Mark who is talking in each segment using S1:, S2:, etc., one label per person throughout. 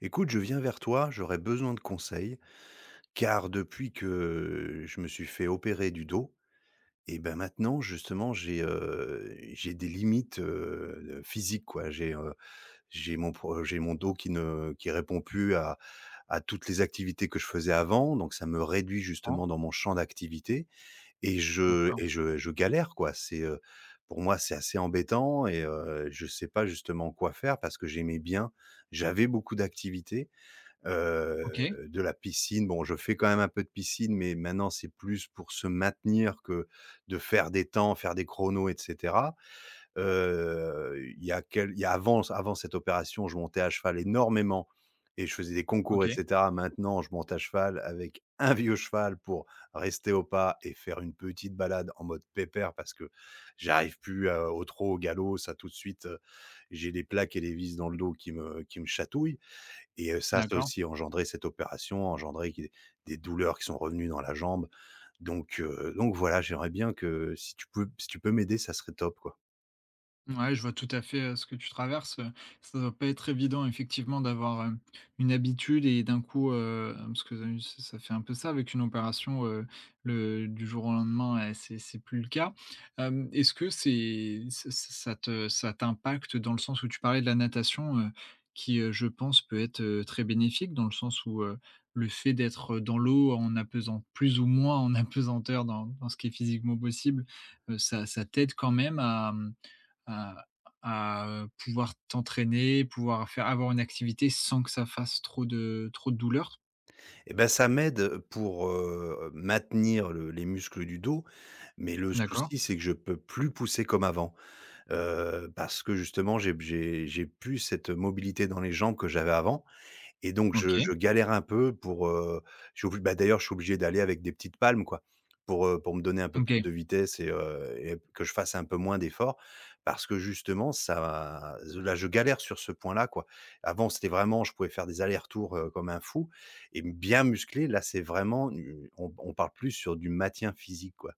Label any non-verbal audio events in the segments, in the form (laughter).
S1: Écoute, je viens vers toi, j'aurais besoin de conseils, car depuis que je me suis fait opérer du dos, et ben maintenant justement j'ai des limites, physiques quoi. J'ai mon dos qui ne qui répond plus à toutes les activités que je faisais avant, donc ça me réduit
S2: Comprends,
S1: justement dans mon champ d'activité et
S2: bien
S1: je
S2: sûr.
S1: et je je galère quoi. Pour moi c'est assez embêtant et je sais pas justement quoi faire parce que j'aimais bien, j'avais beaucoup d'activités. Heu,
S2: OK,
S1: de la piscine, bon, je fais quand même un peu de piscine, mais maintenant c'est plus pour se maintenir que de faire des temps, faire des chronos et cetera. Il y a quel il y a avant Avant cette opération, je montais à cheval énormément et je faisais des concours et
S2: OK,
S1: cetera. Maintenant, je monte à cheval avec (laughs) un vieux cheval pour rester au pas et faire une petite balade en mode pépère parce que j'arrive plus à au trot, au galop, ça tout de suite, j'ai les plaques et les vis dans le dos qui me chatouillent. Et ça, ça
S2: d'accord.
S1: aussi a engendré cette opération, a engendré qui des douleurs qui sont revenues dans la jambe. Donc voilà, j'aimerais bien que si tu peux m'aider, ça serait top, quoi.
S2: Ouais, je vois tout à fait, ce que tu traverses, ça doit pas être évident effectivement d'avoir, une habitude et d'un coup, parce que, ça fait un peu ça avec une opération, le du jour au lendemain, c'est plus le cas. Hem, est-ce que c'est ça ça te ça t'impacte dans le sens où tu parlais de la natation, qui, je pense peut être, très bénéfique dans le sens où, le fait d'être, dans l'eau en apesant plus ou moins en (laughs) apesanteur dans ce qui est physiquement possible, ça t'aide quand même à, mmh à à, pouvoir t'entraîner, pouvoir faire avoir une activité sans que ça fasse trop de douleur?
S1: Et ben, ça m'aide pour, maintenir le les muscles du dos, mais le
S2: D'accord.
S1: souci, c'est que je peux plus pousser comme avant, parce que justement, j'ai plus cette mobilité dans les jambes que j'avais avant. Et donc je
S2: OK.
S1: galère un peu pour, je suis obli bah, d'ailleurs, je suis obligé d'aller avec des petites palmes, quoi, pour me donner un peu plus
S2: OK.
S1: de vitesse et que je fasse un peu moins d'efforts parce que justement ça là, je galère sur ce point-là, quoi. Avant, c'était vraiment je pouvais faire des allers-retours, comme un fou et bien musclé. Là, c'est vraiment du on parle plus sur du maintien physique, quoi.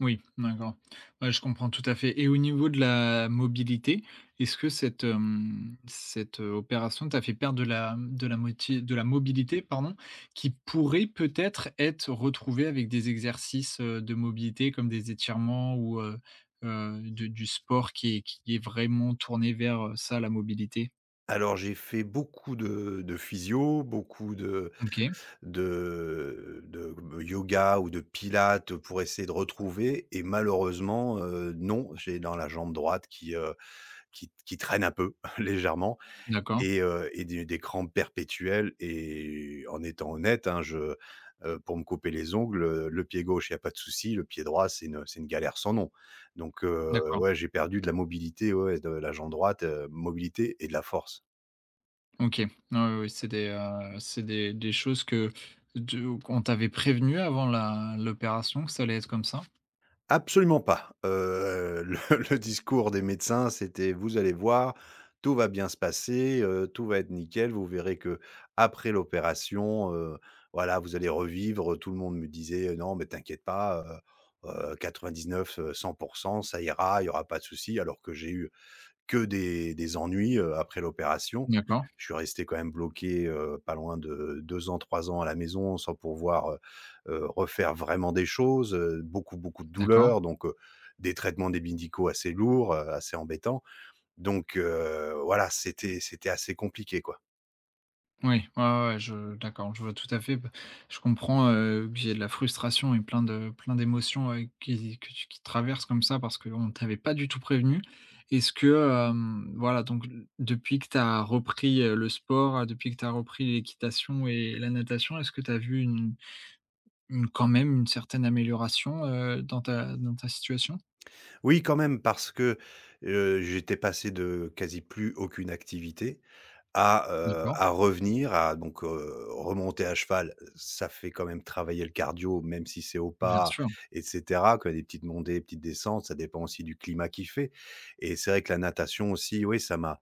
S2: Oui, d'accord. Ouais, je comprends tout à fait et au niveau de la mobilité, est-ce que cette, cette, opération t'a fait perdre de la mobilité, pardon, qui pourrait peut-être être retrouvée avec des exercices, de mobilité comme des étirements ou, de du sport qui est vraiment tourné vers, ça, la mobilité?
S1: Alors j'ai fait beaucoup de physio, beaucoup de,
S2: OK,
S1: de de yoga ou de pilates pour essayer de retrouver et malheureusement, non, j'ai dans la jambe droite qui traîne un peu (laughs) légèrement
S2: d'accord,
S1: et des crampes perpétuelles et en étant honnête, hein, je, pour me couper les ongles, le pied gauche, il y a pas de souci, le pied droit, c'est une galère sans nom.
S2: d'accord.
S1: Ouais, j'ai perdu de la mobilité, ouais, de la jambe droite, mobilité et de la force.
S2: OK. Ouais, ouais, ouais, c'est des choses que de qu'on t'avait prévenu avant la l'opération que ça allait être comme ça?
S1: Absolument pas. Le (laughs) le discours des médecins, c'était : « Vous allez voir, tout va bien se passer, tout va être nickel. Vous verrez que après l'opération, voilà, vous allez revivre ». Tout le monde me disait: non, mais t'inquiète pas, 99, 100 ça ira, il y aura pas de souci ». Alors que j'ai eu que des ennuis, après l'opération.
S2: D'accord,
S1: Je suis resté quand même bloqué, pas loin de 2 ans, 3 ans à la maison sans pouvoir, refaire vraiment des choses, beaucoup, beaucoup de
S2: d'accord.
S1: douleurs donc des traitements des médicaux assez lourds, assez embêtants donc voilà, c'était assez compliqué, quoi.
S2: Oui, ouais, ouais, ouais, je d'accord, je vois tout à fait. Bah, je comprends, qu'il y ait de la frustration et plein de plein d'émotions, qui que tu qui traversent comme ça parce qu'on ne t'avait pas du tout prévenu. Est-ce que, voilà, donc depuis que tu as repris, le sport, depuis que tu as repris l'équitation et la natation, est-ce que tu as vu quand même une certaine amélioration, dans ta situation?
S1: Oui, quand même, parce que, j'étais passé de quasi plus aucune activité
S2: D'accord,
S1: à revenir, à donc, remonter à cheval, ça fait quand même travailler le cardio, même si c'est au
S2: bien
S1: pas
S2: sûr,
S1: et cetera. Quand il y a des petites montées, des petites descentes, ça dépend aussi du climat qu'il fait et c'est vrai que la natation aussi, oui, ça m'a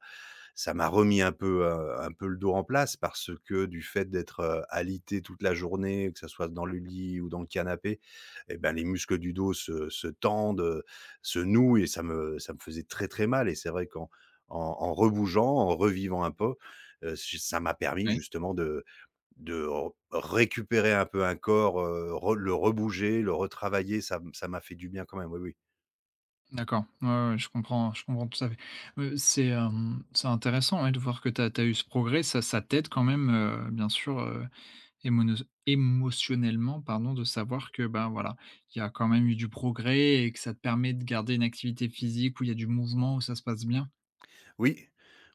S1: ça m'a remis un peu le dos en place parce que du fait d'être, alité toute la journée, que ça soit dans le lit ou dans le canapé, eh ben, les muscles du dos se tendent, se nouent et ça me faisait très, très mal et c'est vrai qu'en en rebougeant, en revivant un peu, j ça m'a permis
S2: oui.
S1: justement de re récupérer un peu un corps, re le rebouger, le retravailler, ça m'a fait du bien quand même, oui, oui.
S2: D'accord, ouais, ouais, je comprends tout à fait. C'est intéressant, ouais, de voir que tu as eu ce progrès. Ça t'aide quand même, bien sûr, émonos émotionnellement, pardon, de savoir que, ben, voilà, il y a quand même eu du progrès et que ça te permet de garder une activité physique où il y a du mouvement, où ça se passe bien?
S1: Oui,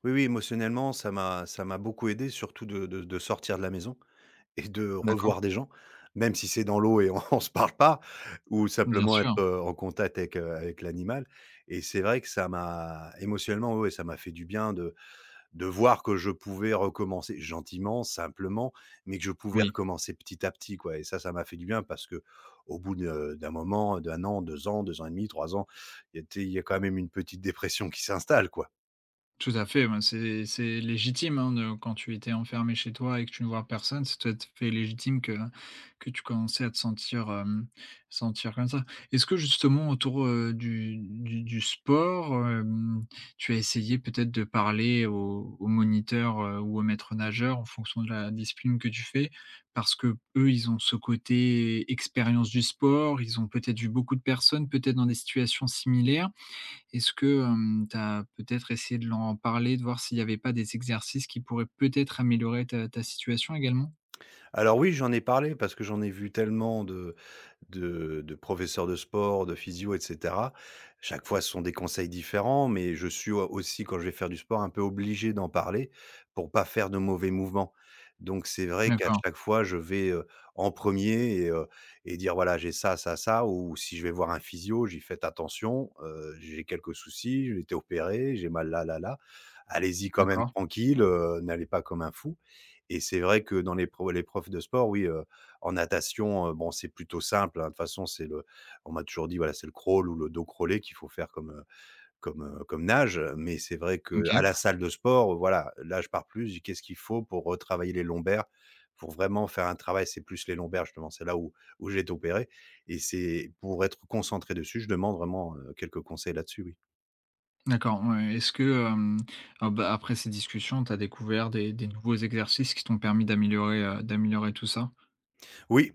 S1: oui, oui, émotionnellement, ça m'a beaucoup aidé surtout de de sortir de la maison et de
S2: D'accord,
S1: revoir des gens, même si c'est dans l'eau et on (laughs) on se parle pas ou
S2: bien
S1: simplement être,
S2: sûr,
S1: en contact avec, avec l'animal et c'est vrai que ça m'a émotionnellement, ouais, ça m'a fait du bien de voir que je pouvais recommencer gentiment, simplement, mais que je pouvais
S2: oui.
S1: recommencer petit à petit, quoi et ça m'a fait du bien parce que au bout de d'un moment, d'un an, 2 ans et demi, 3 ans, il y a quand même une petite dépression qui s'installe, quoi.
S2: Tout à fait, ben, c'est légitime, hein, de quand tu étais enfermé chez toi et que tu ne vois personne, c'est tout à fait légitime que tu commençais à te sentir comme ça. Est-ce que justement autour, du sport, tu as essayé peut-être de parler au moniteur, ou au maître nageur en fonction de la discipline que tu fais? Parce que eux ils ont ce côté expérience du sport, ils ont peut-être vu beaucoup de personnes, peut-être dans des situations similaires. Est-ce que, tu as peut-être essayé de l'en parler, de voir s'il n'y avait pas des exercices qui pourraient peut-être améliorer ta situation également?
S1: Alors oui, j'en ai parlé parce que j'en ai vu tellement de professeurs de sport, de physio et cetera. Chaque fois, ce sont des conseils différents, mais je suis au aussi quand je vais faire du sport, un peu obligé d'en parler pour pas faire de mauvais mouvements. Donc c'est vrai qu'à
S2: D'accord,
S1: chaque fois, je vais, en premier et dire : « Voilà, j'ai ça, ça, ça » ou si je vais voir un physio, j'y fais attention, j'ai quelques soucis, j'ai été opéré, j'ai mal là, là, là. Allez-y quand même
S2: d'accord,
S1: tranquille, n'allez pas comme un fou » et c'est vrai que dans les profs de sport, oui, en natation, bon, c'est plutôt simple, hein. De toute façon, c'est le on m'a toujours dit, voilà, c'est le crawl ou le dos crawlé qu'il faut faire comme, comme nage, mais c'est vrai que à la
S2: OK,
S1: salle de sport, voilà, là, je pars plus, je dis : « Qu'est-ce qu'il faut pour retravailler les lombaires ? » pour vraiment faire un travail, c'est plus les lombaires, justement, c'est là où j'ai été opéré et c'est pour être concentré dessus, je demande vraiment, quelques conseils là-dessus, oui.
S2: d'accord, ouais. Est-ce que, ah bah, après ces discussions, tu as découvert des nouveaux exercices qui t'ont permis d'améliorer tout ça?
S1: Oui.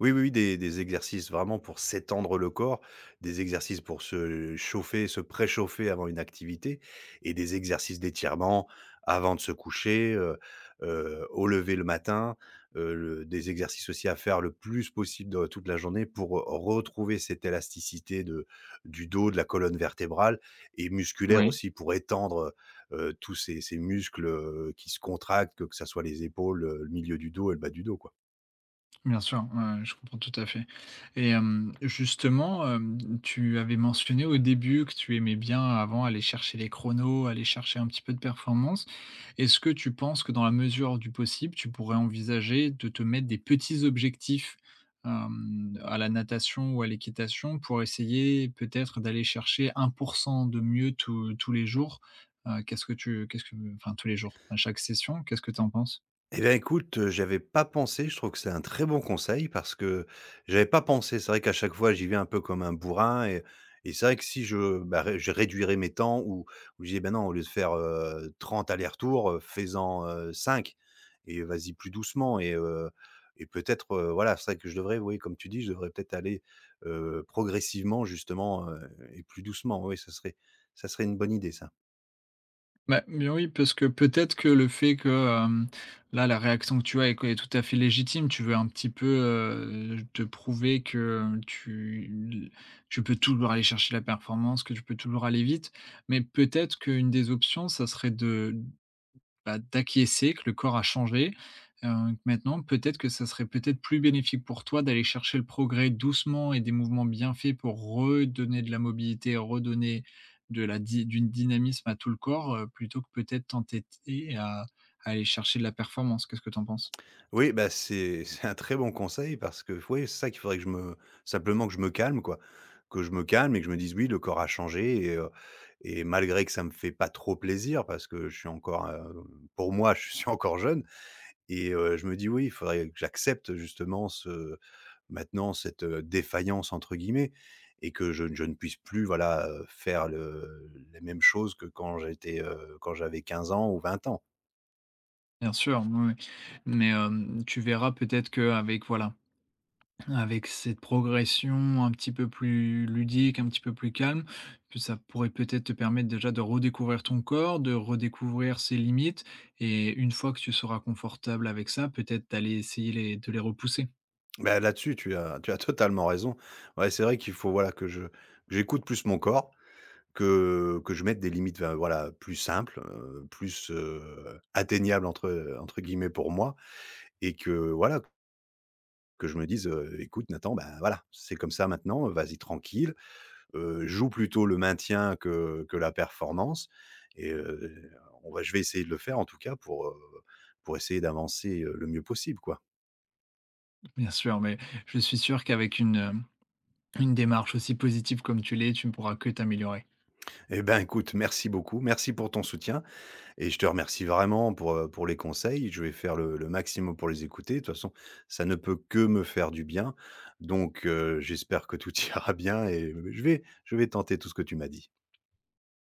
S1: Oui, oui, oui, des exercices vraiment pour s'étendre le corps, des exercices pour se chauffer, se préchauffer avant une activité et des exercices d'étirement avant de se coucher, au lever le matin, le des exercices aussi à faire le plus possible dans toute la journée pour retrouver cette élasticité de du dos, de la colonne vertébrale et musculaire
S2: Oui.
S1: aussi pour étendre, tous ces muscles, qui se contractent, que ça soit les épaules, le milieu du dos et le bas du dos, quoi.
S2: Bien sûr, ouais, je comprends tout à fait et justement, tu avais mentionné au début que tu aimais bien avant aller chercher les chronos, aller chercher un petit peu de performance. Est-ce que tu penses que dans la mesure du possible, tu pourrais envisager de te mettre des petits objectifs, à la natation ou à l'équitation pour essayer peut-être d'aller chercher 1% de mieux tous les jours? Qu'est-ce que enfin tous les jours, à chaque session, qu'est-ce que tu en penses?
S1: Eh bien, écoute, j'avais pas pensé. Je trouve que c'est un très bon conseil parce que j'avais pas pensé. C'est vrai qu'à chaque fois, j'y vais un peu comme un bourrin et c'est vrai que si je, bah, ré je réduirais mes temps ou je dis : « Bah, non, au lieu de faire, 30 allers-retours, fais-en, 5 et vas-y plus doucement » et peut-être, voilà, c'est vrai que je devrais, oui, comme tu dis, je devrais peut-être aller, progressivement justement, et plus doucement. Oui, ça serait une bonne idée ça.
S2: Bah, mais oui, parce que peut-être que le fait que, là, la réaction que tu as est tout à fait légitime. Tu veux un petit peu, te prouver que tu peux toujours aller chercher la performance, que tu peux toujours aller vite. Mais peut-être qu'une des options, ça serait de bah, d'acquiescer que le corps a changé, heu, que maintenant peut-être que ça serait peut-être plus bénéfique pour toi d'aller chercher le progrès doucement et des mouvements bien faits pour redonner de la mobilité, redonner de la dy du dynamisme à tout le corps, plutôt que peut-être t'entêter à aller chercher de la performance. Qu'est-ce que tu en penses?
S1: Oui, bah, c'est un très bon conseil parce que oui, c'est ça qu'il faudrait que je me simplement que je me calme, quoi. Que je me calme et que je me dise : « Oui, le corps a changé » et malgré que ça me fait pas trop plaisir parce que je suis encore, pour moi, je suis (laughs) encore jeune je me dis : « Oui, il faudrait que j'accepte justement ce maintenant cette, "défaillance" entre guillemets » et que je ne puisse plus, voilà, faire le les mêmes choses que quand j'étais, quand j'avais 15 ans ou 20 ans ».
S2: Bien sûr, oui, oui. Mais, tu verras peut-être qu'avec voilà, avec cette progression un petit peu plus ludique, un petit peu plus calme, que ça pourrait peut-être te permettre déjà de redécouvrir ton corps, de redécouvrir ses limites et une fois que tu seras confortable avec ça, peut-être d'aller essayer les de les repousser.
S1: Bah, là-dessus, tu as totalement raison. Ouais, c'est vrai qu'il faut, voilà, que j'écoute plus mon corps, que je mette des limites, enfin, voilà, plus simples, plus, "atteignables" entre guillemets pour moi et que, voilà, que je me dise, Écoute Nathan, ben voilà, c'est comme ça maintenant, vas-y tranquille, joue plutôt le maintien que la performance » et heu, on va je vais essayer de le faire en tout cas pour essayer d'avancer, le mieux possible, quoi.
S2: (laughs) Bien sûr, mais je suis sûr qu'avec une démarche aussi positive comme tu l'es, tu ne pourras que t'améliorer.
S1: Eh ben, écoute, merci beaucoup, merci pour ton soutien. Et je te remercie vraiment pour les conseils. Je vais faire le maximum pour les écouter. De toute façon, ça ne peut que me faire du bien. Donc, j'espère que tout (laughs) ira bien et je vais tenter tout ce que tu m'as dit.